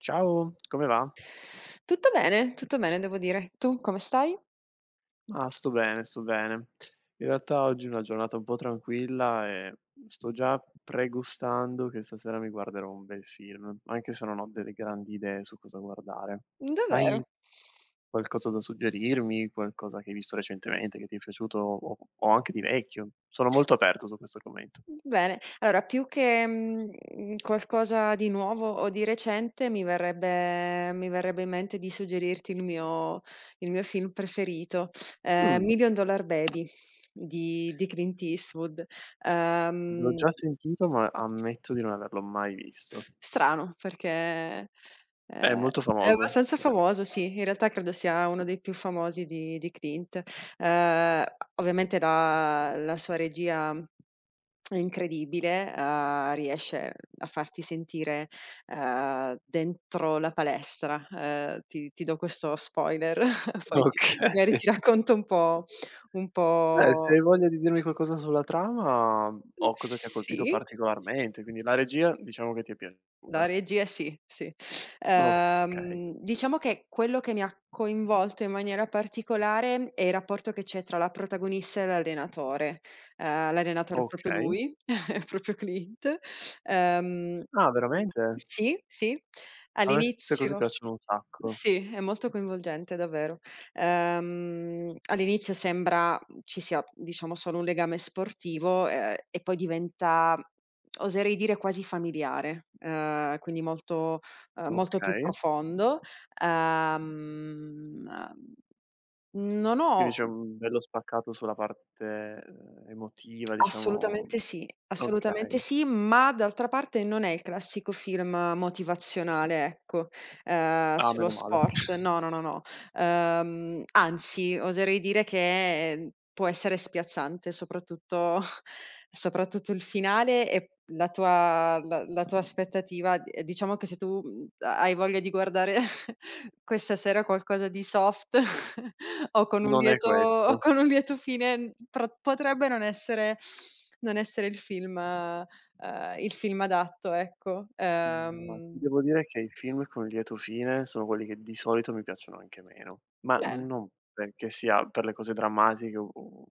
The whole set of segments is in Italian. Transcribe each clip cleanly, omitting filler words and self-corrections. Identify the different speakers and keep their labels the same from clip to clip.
Speaker 1: Ciao, come va?
Speaker 2: Tutto bene devo dire. Tu come stai?
Speaker 1: Ah, sto bene, sto bene. In realtà oggi è una giornata un po' tranquilla e sto già pregustando che stasera mi guarderò un bel film, anche se non ho delle grandi idee su cosa guardare.
Speaker 2: Davvero?
Speaker 1: Hai qualcosa da suggerirmi? Qualcosa che hai visto recentemente che ti è piaciuto o anche di vecchio? Sono molto aperto su questo argomento.
Speaker 2: Bene. Allora più che, qualcosa di nuovo o di recente mi verrebbe in mente di suggerirti il mio film preferito,
Speaker 1: Mh.
Speaker 2: Million Dollar Baby di Clint Eastwood.
Speaker 1: L'ho
Speaker 2: Ehm
Speaker 1: già sentito, ma ammetto di non averlo mai visto.
Speaker 2: Strano perché,
Speaker 1: È
Speaker 2: ehm,
Speaker 1: molto
Speaker 2: è
Speaker 1: famoso.
Speaker 2: abbastanza famoso, sì. In realtà credo sia uno dei più famosi di Clint. Ehm, Ovviamente la sua regia è incredibile, riesce a farti sentire, dentro la palestra. Ti do questo spoiler, poi ti
Speaker 1: Okay.
Speaker 2: magari ti racconto un po' un
Speaker 1: Se
Speaker 2: po'
Speaker 1: hai voglia di dirmi qualcosa sulla trama o cosa ti ha colpito
Speaker 2: sì.
Speaker 1: particolarmente, quindi la regia diciamo che ti è
Speaker 2: La
Speaker 1: piaciuta.
Speaker 2: regia sì, sì.
Speaker 1: Okay,
Speaker 2: Diciamo che quello che mi ha coinvolto in maniera particolare è il rapporto che c'è tra la protagonista e l'allenatore. L'allenatore è proprio
Speaker 1: okay.
Speaker 2: lui, è proprio Clint. Ehm
Speaker 1: Ah, veramente?
Speaker 2: sì, sì.
Speaker 1: A me queste cose
Speaker 2: All'inizio
Speaker 1: piacciono un sacco.
Speaker 2: sì, è molto coinvolgente davvero. All'inizio sembra ci sia, diciamo, solo un legame sportivo, e poi diventa, oserei dire, quasi familiare, quindi molto più
Speaker 1: Okay,
Speaker 2: profondo. Ehm, Non ho.
Speaker 1: quindi c'è un bello spaccato sulla parte, emotiva diciamo.
Speaker 2: Assolutamente
Speaker 1: Okay.
Speaker 2: sì, ma d'altra parte non è il classico film motivazionale, ecco,
Speaker 1: Ah,
Speaker 2: sullo
Speaker 1: meno male.
Speaker 2: sport. No, no, no, no. Anzi, oserei dire che, può essere spiazzante, soprattutto soprattutto il finale e la tua aspettativa. D Diciamo che se tu, hai voglia di guardare questa sera qualcosa di soft o con un
Speaker 1: Non è
Speaker 2: lieto o
Speaker 1: questo.
Speaker 2: con un lieto fine, n pra potrebbe non essere il film adatto, ecco.
Speaker 1: Mhmm, ma ti devo dire che i film con lieto fine sono quelli che di solito mi piacciono anche meno, ma
Speaker 2: Bene,
Speaker 1: non perché sia per le cose drammatiche o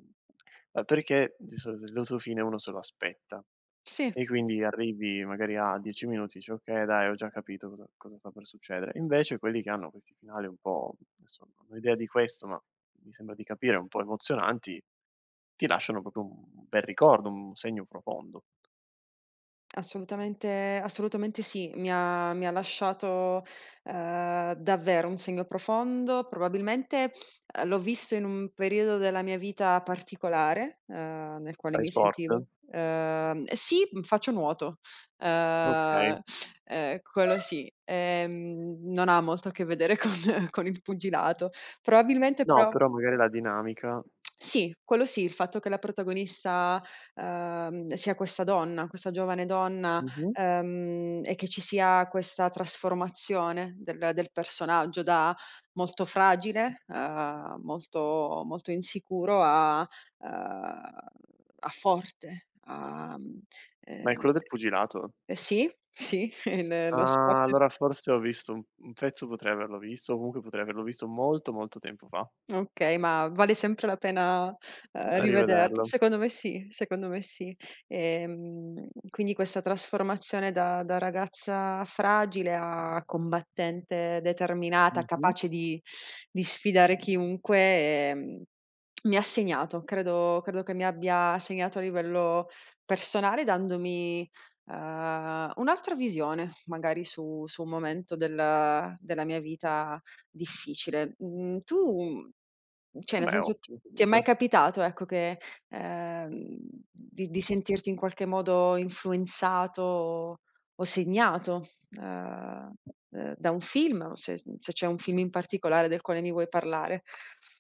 Speaker 1: ma perché di solito il lieto fine uno se lo aspetta
Speaker 2: sì.
Speaker 1: e quindi arrivi magari a 10 minuti, dici: "Okay dai, ho già capito cosa sta per succedere." Invece quelli che hanno questi finali un po' adesso non ho idea di questo, ma mi sembra di capire un po' emozionanti, ti lasciano proprio un bel ricordo, un segno profondo.
Speaker 2: Assolutamente, assolutamente sì. Mi ha lasciato, davvero un segno profondo. Probabilmente, l'ho visto in un periodo della mia vita particolare, nel quale
Speaker 1: Fai
Speaker 2: mi
Speaker 1: sport?
Speaker 2: sentivo. Sì. Mhmm, Faccio nuoto.
Speaker 1: Okay.
Speaker 2: Ehm, Quello sì. Non ha molto a che vedere con con il pugilato. Probabilmente
Speaker 1: No,
Speaker 2: però
Speaker 1: però magari la dinamica.
Speaker 2: sì, quello sì, il fatto che la protagonista, sia questa donna, questa giovane donna,
Speaker 1: Mh-mh.
Speaker 2: e che ci sia questa trasformazione del personaggio da molto fragile, molto molto insicuro, ehm, a forte,
Speaker 1: Ma è
Speaker 2: ehm,
Speaker 1: quello del pugilato?
Speaker 2: sì, sì, il lo sport.
Speaker 1: Ah, allora forse ho visto un pezzo potrei averlo visto, o comunque potrei averlo visto molto, molto tempo fa.
Speaker 2: Okay, ma vale sempre la pena, rivederlo?
Speaker 1: Rivederlo.
Speaker 2: Secondo me sì, secondo me sì. Quindi questa trasformazione da ragazza fragile a combattente determinata,
Speaker 1: Mh-mh.
Speaker 2: capace di sfidare chiunque, ehm, mi ha segnato. Credo che mi abbia segnato a livello personale, dandomi, un'altra visione magari su un momento della mia vita difficile. Mhmm, Tu, cioè,
Speaker 1: Eh
Speaker 2: nel
Speaker 1: beh,
Speaker 2: senso,
Speaker 1: ottimo
Speaker 2: ti è
Speaker 1: comunque.
Speaker 2: mai capitato, ecco, che, ehm, di sentirti in qualche modo influenzato o segnato, ehm, da un film, o se c'è un film in particolare del quale mi vuoi parlare?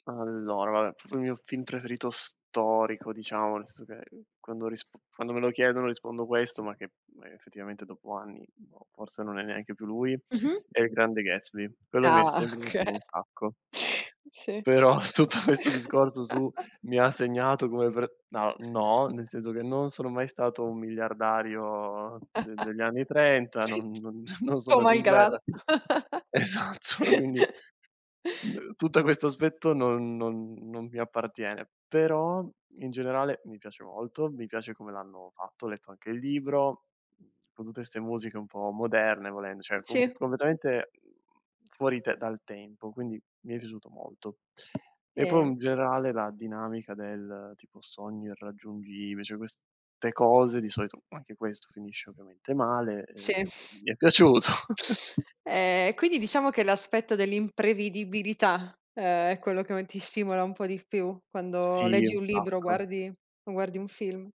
Speaker 1: Allora, vabbè, proprio il mio film preferito storico, diciamo, nel senso che, quando risp quando me lo chiedono rispondo questo, ma che, effettivamente dopo anni, boh, forse non è neanche più lui,
Speaker 2: Mh-mh.
Speaker 1: è Il Grande Gatsby. Quello mi è
Speaker 2: Ah,
Speaker 1: sempre
Speaker 2: okay.
Speaker 1: piaciuto un sacco.
Speaker 2: Sì.
Speaker 1: Però sotto questo discorso tu mi ha segnato come per no, no, nel senso che non sono mai stato un miliardario de degli anni '30, non non sono
Speaker 2: Tuo
Speaker 1: andato in
Speaker 2: malgrado.
Speaker 1: guerra. Esatto, quindi, tutta questo aspetto non mi appartiene, però in generale mi piace molto, mi piace come l'hanno fatto, ho letto anche il libro, mhmm, con tutte 'ste musiche un po' moderne volendo, cioè
Speaker 2: Sì, sì,
Speaker 1: completamente fuori te dal tempo, quindi mi è piaciuto molto. E poi
Speaker 2: ehm,
Speaker 1: in generale la dinamica del tipo sogni irraggiungibili, cioè queste cose, di solito anche questo finisce ovviamente male,
Speaker 2: sì.
Speaker 1: mi è piaciuto.
Speaker 2: Quindi diciamo che l'aspetto dell'imprevedibilità, è quello che ti stimola un po' di più quando
Speaker 1: Sì,
Speaker 2: leggi
Speaker 1: un
Speaker 2: un libro,
Speaker 1: sacco.
Speaker 2: guardi o guardi un film.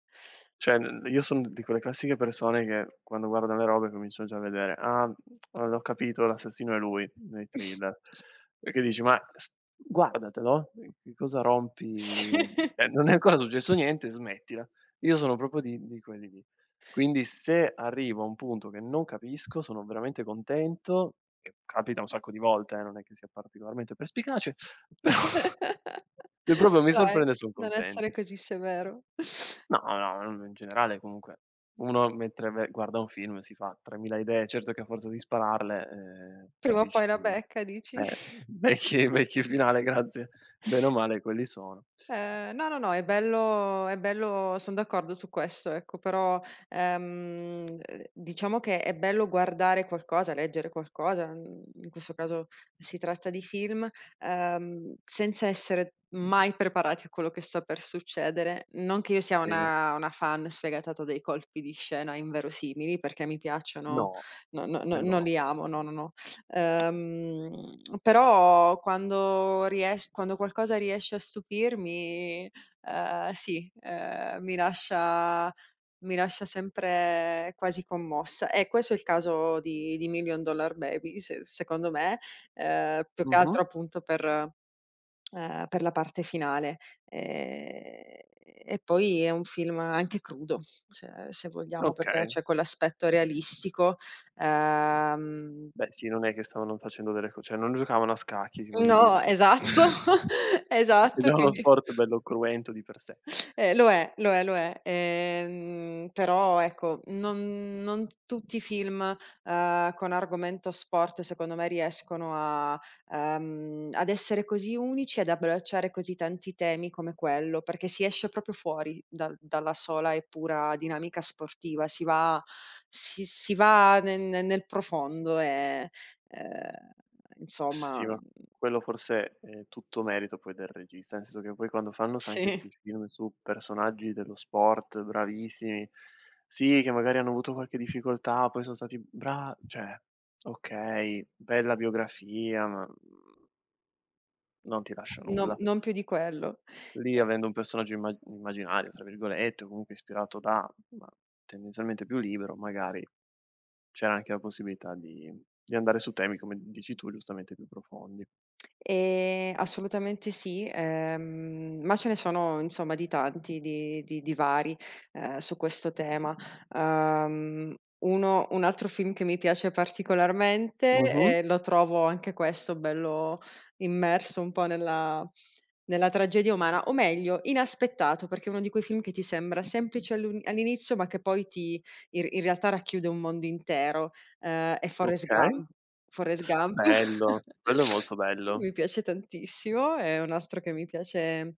Speaker 1: Cioè, n io son di quelle classiche persone che quando guardano le robe cominciano già a vedere: "Ah, l'ho capito, l'assassino è lui", nei thriller. Perché dici: "Ma s guardatelo, che cosa rompi
Speaker 2: Sì.
Speaker 1: non è ancora successo niente, smettila". Io sono proprio di quelli lì. Quindi se arrivo a un punto che non capisco, sono veramente contento, che capita un sacco di volte, non è che sia particolarmente perspicace, però se proprio mi
Speaker 2: Dai,
Speaker 1: sorprende son
Speaker 2: non essere
Speaker 1: contento.
Speaker 2: così severo.
Speaker 1: No, no, in generale comunque uno mentre ve guarda un film si fa 3.000 idee, certo che a forza di spararle,
Speaker 2: Prima o
Speaker 1: capisci
Speaker 2: poi la becca, dici?
Speaker 1: eh, vecchi finale, grazie. Bene o male quelli sono.
Speaker 2: No, no, no, è bello, è bello, son d'accordo su questo, ecco, però, ehm, uhm, diciamo che è bello guardare qualcosa, leggere qualcosa, in questo caso si tratta di film, senza essere mai preparati a quello che sta per succedere. Non che io sia
Speaker 1: Sì.
Speaker 2: una fan sfegatata dei colpi di scena inverosimili, perché mi piacciono,
Speaker 1: No,
Speaker 2: no, no, no,
Speaker 1: quello
Speaker 2: non
Speaker 1: no.
Speaker 2: li amo, no, no, no. Però quando ries quando qualcosa riesce a stupirmi, sì, mi lascia sempre quasi commossa. E questo è il caso di Million Dollar Baby, se secondo me, più che
Speaker 1: Mh-mh.
Speaker 2: altro appunto per la parte finale. Ehm, e poi è un film anche crudo, se vogliamo, perché
Speaker 1: Okay.
Speaker 2: c'è quell'aspetto realistico. ehm
Speaker 1: Beh sì, non è che stavano facendo delle co cioè non giocavano a scacchi, voglio
Speaker 2: No,
Speaker 1: dire.
Speaker 2: esatto,
Speaker 1: È
Speaker 2: esatto,
Speaker 1: già uno
Speaker 2: quindi,
Speaker 1: sport bello cruento di per sé.
Speaker 2: lo è, lo è, lo è. Però ecco, non tutti i film, con argomento sport, secondo me, riescono, a ad essere così unici, ad abbracciare così tanti temi come quello, perché si esce proprio fuori dal dalla sola e pura dinamica sportiva, si va ne ne nel profondo e, ehm,
Speaker 1: Sì,
Speaker 2: insomma,
Speaker 1: ma quello forse è tutto merito poi del regista, nel senso che poi quando fanno sai anche
Speaker 2: sì.
Speaker 1: 'sti film su personaggi dello sport bravissimi, sì, che magari hanno avuto qualche difficoltà, poi son stati bra cioè okay, bella biografia, ma, non ti lascia
Speaker 2: No,
Speaker 1: nulla.
Speaker 2: non più di quello.
Speaker 1: Lì avendo un personaggio "immaginario" tra virgolette, o comunque ispirato da, ma tendenzialmente più libero, magari c'era anche la possibilità di andare su temi, come dici tu, giustamente più profondi.
Speaker 2: Assolutamente sì, ma ce ne sono, insomma, di tanti, di vari, su questo tema. Uhm, Uno, un altro film che mi piace particolarmente,
Speaker 1: Mh-mh.
Speaker 2: e lo trovo anche questo bello, immerso un po' nella tragedia umana, o meglio, inaspettato, perché è uno di quei film che ti sembra semplice all'inizio, ma che poi ti, in realtà, racchiude un mondo intero. È Forrest
Speaker 1: Okay.
Speaker 2: Gump. Forrest Gump.
Speaker 1: Bello, quello è molto bello.
Speaker 2: Mi piace tantissimo, è un altro che mi piace,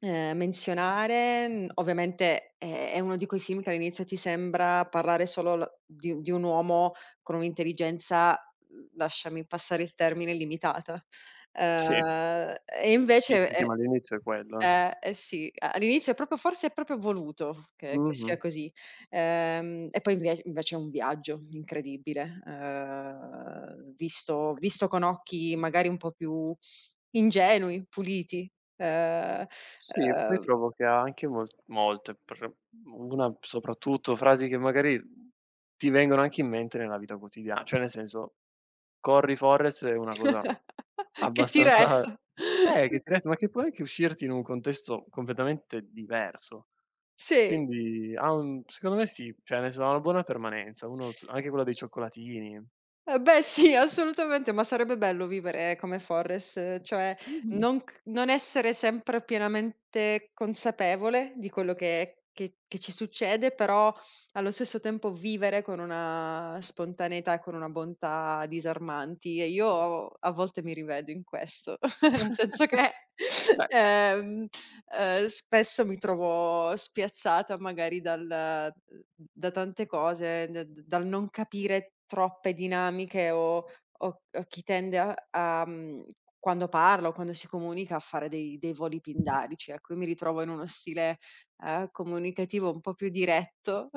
Speaker 2: menzionare. Mhmm, ovviamente è uno di quei film che all'inizio ti sembra parlare solo l di u di un uomo con un'intelligenza, lasciami passare il termine, limitata.
Speaker 1: Sì,
Speaker 2: E
Speaker 1: sì,
Speaker 2: invece
Speaker 1: sì, sì,
Speaker 2: è.
Speaker 1: ma all'inizio è quello. Eh.
Speaker 2: Eh sì, a all'inizio è proprio forse è proprio voluto che sia
Speaker 1: Mh-mh.
Speaker 2: così. E poi invie invece è un viaggio incredibile, visto con occhi magari un po' più ingenui, puliti, ehm,
Speaker 1: Sì, e poi
Speaker 2: ehm,
Speaker 1: trovo che ha anche molte pr una soprattutto frasi che magari ti vengono anche in mente nella vita quotidia cioè nel senso, corri Forrest è una cosa
Speaker 2: che ti
Speaker 1: abbastanza
Speaker 2: resta.
Speaker 1: che ti re ma che può anche uscirti in un contesto completamente diverso.
Speaker 2: Sì.
Speaker 1: Quindi ha un secondo me sì, cioè nel senso ha una buona permanenza, uno s anche quella dei cioccolatini.
Speaker 2: Eh beh sì, assolutamente, ma sarebbe bello vivere come Forrest, cioè
Speaker 1: Mh-mh.
Speaker 2: non essere sempre pienamente consapevole di quello che ci succede, però allo stesso tempo vivere con una spontaneità e con una bontà disarmanti, e io a volte mi rivedo in questo, nel senso che,
Speaker 1: Beh,
Speaker 2: ehm, spesso mi trovo spiazzata magari dal da tante cose, d d dal non capire troppe dinamiche o o chi tende quando parla o quando si comunica a fare dei voli pindarici, ecco, io mi ritrovo in uno stile, comunicativo un po' più diretto.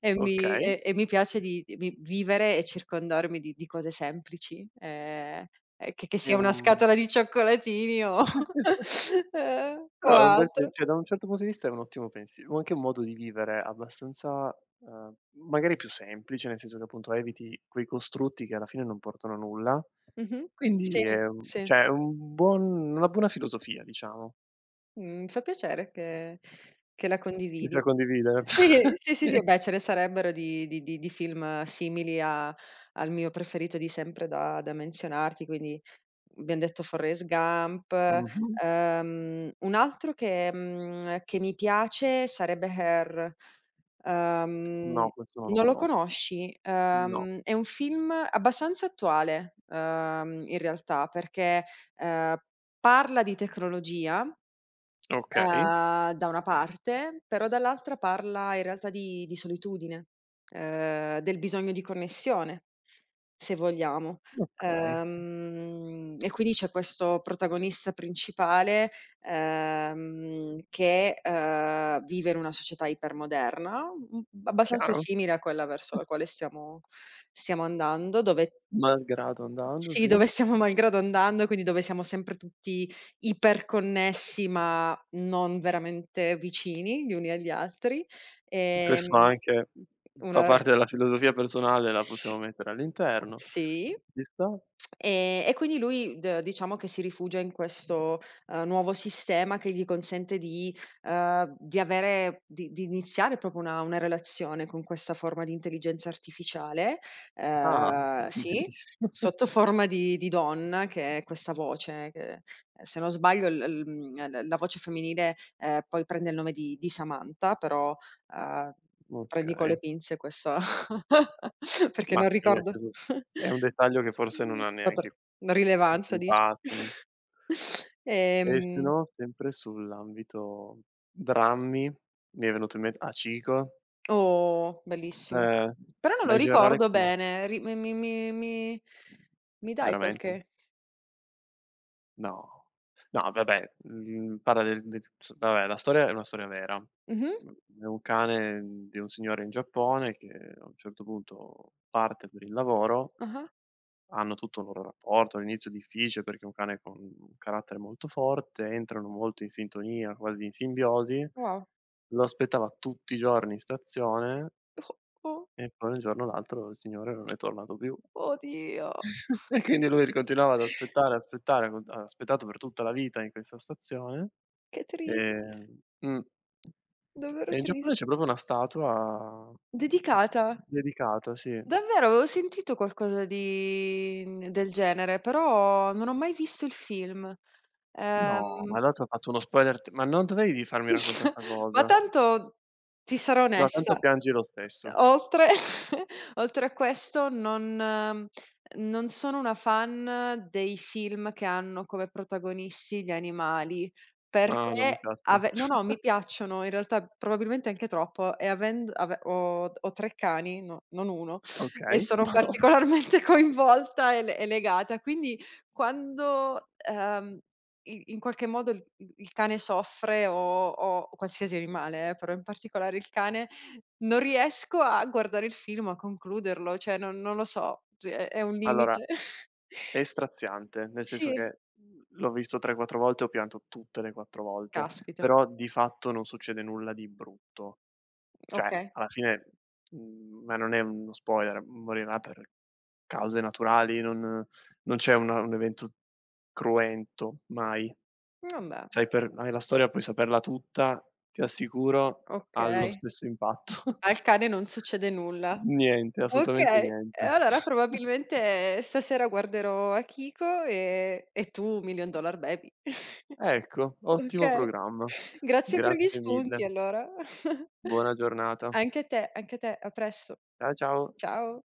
Speaker 2: E mi
Speaker 1: okay.
Speaker 2: e e mi piace di vi vivere e circondarmi di cose semplici, che
Speaker 1: È
Speaker 2: sia una
Speaker 1: un
Speaker 2: scatola di cioccolatini o o
Speaker 1: però è un bel pe
Speaker 2: altro.
Speaker 1: cioè da un certo punto di vista è un ottimo pensiero, anche un modo di vivere abbastanza, ehm, magari più semplice, nel senso che appunto eviti quei costrutti che alla fine non portano a nulla.
Speaker 2: Mh-mh. Sì,
Speaker 1: Quindi è un
Speaker 2: sì.
Speaker 1: cioè è un buon una buona filosofia diciamo,
Speaker 2: Mi fa piacere che la
Speaker 1: che si da
Speaker 2: condividi.
Speaker 1: condividere.
Speaker 2: Sì, sì, sì,
Speaker 1: Sì.
Speaker 2: sì, beh, ce ne sarebbero di film simili a al mio preferito di sempre da menzionarti, quindi. Abbiam detto Forrest Gump.
Speaker 1: Mh-mh.
Speaker 2: Un altro che mi piace sarebbe Her. Ehm,
Speaker 1: No, questo non lo
Speaker 2: Non lo
Speaker 1: conosco.
Speaker 2: conosci?
Speaker 1: No.
Speaker 2: È un film abbastanza attuale, in realtà, perché, ehm, parla di tecnologia.
Speaker 1: Okay,
Speaker 2: Da una parte, però dall'altra parla in realtà di solitudine, del bisogno di connessione, se vogliamo.
Speaker 1: okay,
Speaker 2: E quindi c'è questo protagonista principale, che, vive in una società ipermoderna, abbastanza
Speaker 1: chiaro.
Speaker 2: simile a quella verso la quale stiamo andando, dove,
Speaker 1: Malgrado andando,
Speaker 2: sì,
Speaker 1: sì.
Speaker 2: dove stiamo malgrado andando, quindi dove siamo sempre tutti iperconnessi, ma non veramente vicini gli uni agli altri.
Speaker 1: Questo
Speaker 2: Ehm,
Speaker 1: anche fa
Speaker 2: una re.
Speaker 1: parte della filosofia personale, la
Speaker 2: Sì,
Speaker 1: possiamo mettere all'interno.
Speaker 2: sì.
Speaker 1: Ci sta.
Speaker 2: E quindi lui, d diciamo, che si rifugia in questo, nuovo sistema che gli consente di avere di iniziare proprio una relazione con questa forma di intelligenza artificiale,
Speaker 1: Ah,
Speaker 2: sì,
Speaker 1: bellissimo.
Speaker 2: sotto forma di donna, che è questa voce che, se non sbaglio l l mhmm, l la voce femminile, poi prende il nome di Samantha, però, uhm, prendi con
Speaker 1: Okay.
Speaker 2: le pinze questa perché
Speaker 1: Ma
Speaker 2: non
Speaker 1: sì, nel
Speaker 2: ricordo.
Speaker 1: senso è un dettaglio che forse non ha neanche
Speaker 2: Quattro, una
Speaker 1: questo
Speaker 2: rilevanza, dici?
Speaker 1: impatto. E se
Speaker 2: Ehm,
Speaker 1: no, sempre sull'ambito drammi, mi è venuto in mente Hachiko,
Speaker 2: oh, bellissimo.
Speaker 1: ehm,
Speaker 2: Però non
Speaker 1: ma
Speaker 2: lo
Speaker 1: in generale,
Speaker 2: ricordo bene, ri mi mi mi mi mi dai
Speaker 1: veramente.
Speaker 2: qualche
Speaker 1: No. No vabbè, parla del del s vabbè la storia è una storia vera.
Speaker 2: mh-mh,
Speaker 1: Mhmm, è un cane di un signore in Giappone che a un certo punto parte per il lavoro,
Speaker 2: ah-ah,
Speaker 1: hanno tutto un loro rapporto, all'inizio difficile perché è un cane con un carattere molto forte, entrano molto in sintonia, quasi in simbiosi.
Speaker 2: wow.
Speaker 1: Lo aspettava tutti i giorni in stazione
Speaker 2: Oh, oh,
Speaker 1: e poi un giorno o l'altro il signore non è tornato più.
Speaker 2: oddio,
Speaker 1: E quindi lui continuava ad aspettare, aspettare, con ha aspettato per tutta la vita in questa stazione,
Speaker 2: che triste,
Speaker 1: ehm mh. E
Speaker 2: davvero
Speaker 1: in Giappone
Speaker 2: triste.
Speaker 1: c'è proprio una statua
Speaker 2: Dedicata.
Speaker 1: dedicata, sì.
Speaker 2: Davvero, avevo sentito qualcosa del genere, però non ho mai visto il film.
Speaker 1: No, ma
Speaker 2: Ehm,
Speaker 1: allora t'ho fatto uno spoiler t ma non dovevi farmi raccontà 'sta
Speaker 2: ma
Speaker 1: cosa.
Speaker 2: tanto ti sarò
Speaker 1: No, tanto
Speaker 2: onesta.
Speaker 1: piangi lo stesso.
Speaker 2: Oltre oltre a questo non, non sono una fan dei film che hanno come protagonisti gli animali,
Speaker 1: No, non mi
Speaker 2: perché
Speaker 1: piacciono.
Speaker 2: ave no, no, mi piacciono in realtà probabilmente anche troppo, e avend ave ho tre cani, no, non uno, e
Speaker 1: Okay,
Speaker 2: sono
Speaker 1: vado.
Speaker 2: particolarmente coinvolta e legata. Quindi quando, i in qualche modo il cane soffre o qualsiasi animale, però in particolare il cane, non riesco a guardare il film, a concluderlo, cioè non lo so, è un
Speaker 1: Allora,
Speaker 2: limite.
Speaker 1: è straziante, nel senso
Speaker 2: Sì.
Speaker 1: che, l'ho visto 3, 4 volte, ho pianto tutte le 4 volte,
Speaker 2: Caspita,
Speaker 1: però di fatto non succede nulla di brutto. Cioè,
Speaker 2: okay.
Speaker 1: alla fine, ma non è uno spoiler, morirà per cause naturali, non c'è una un evento cruento, mai.
Speaker 2: Vabbè,
Speaker 1: Sai per hai la storia puoi saperla tutta, ti assicuro, ha lo
Speaker 2: okay.
Speaker 1: stesso impatto.
Speaker 2: Al cane non succede nulla.
Speaker 1: Niente, assolutamente
Speaker 2: Okay, e
Speaker 1: niente.
Speaker 2: allora probabilmente stasera guarderò Akiko e tu Million Dollar Baby.
Speaker 1: Ecco, ottimo
Speaker 2: Okay.
Speaker 1: programma.
Speaker 2: Grazie per gli
Speaker 1: Grazie mille.
Speaker 2: spunti allora.
Speaker 1: Buona giornata.
Speaker 2: Anche a te, anche a te. A presto.
Speaker 1: Ciao.
Speaker 2: Ciao.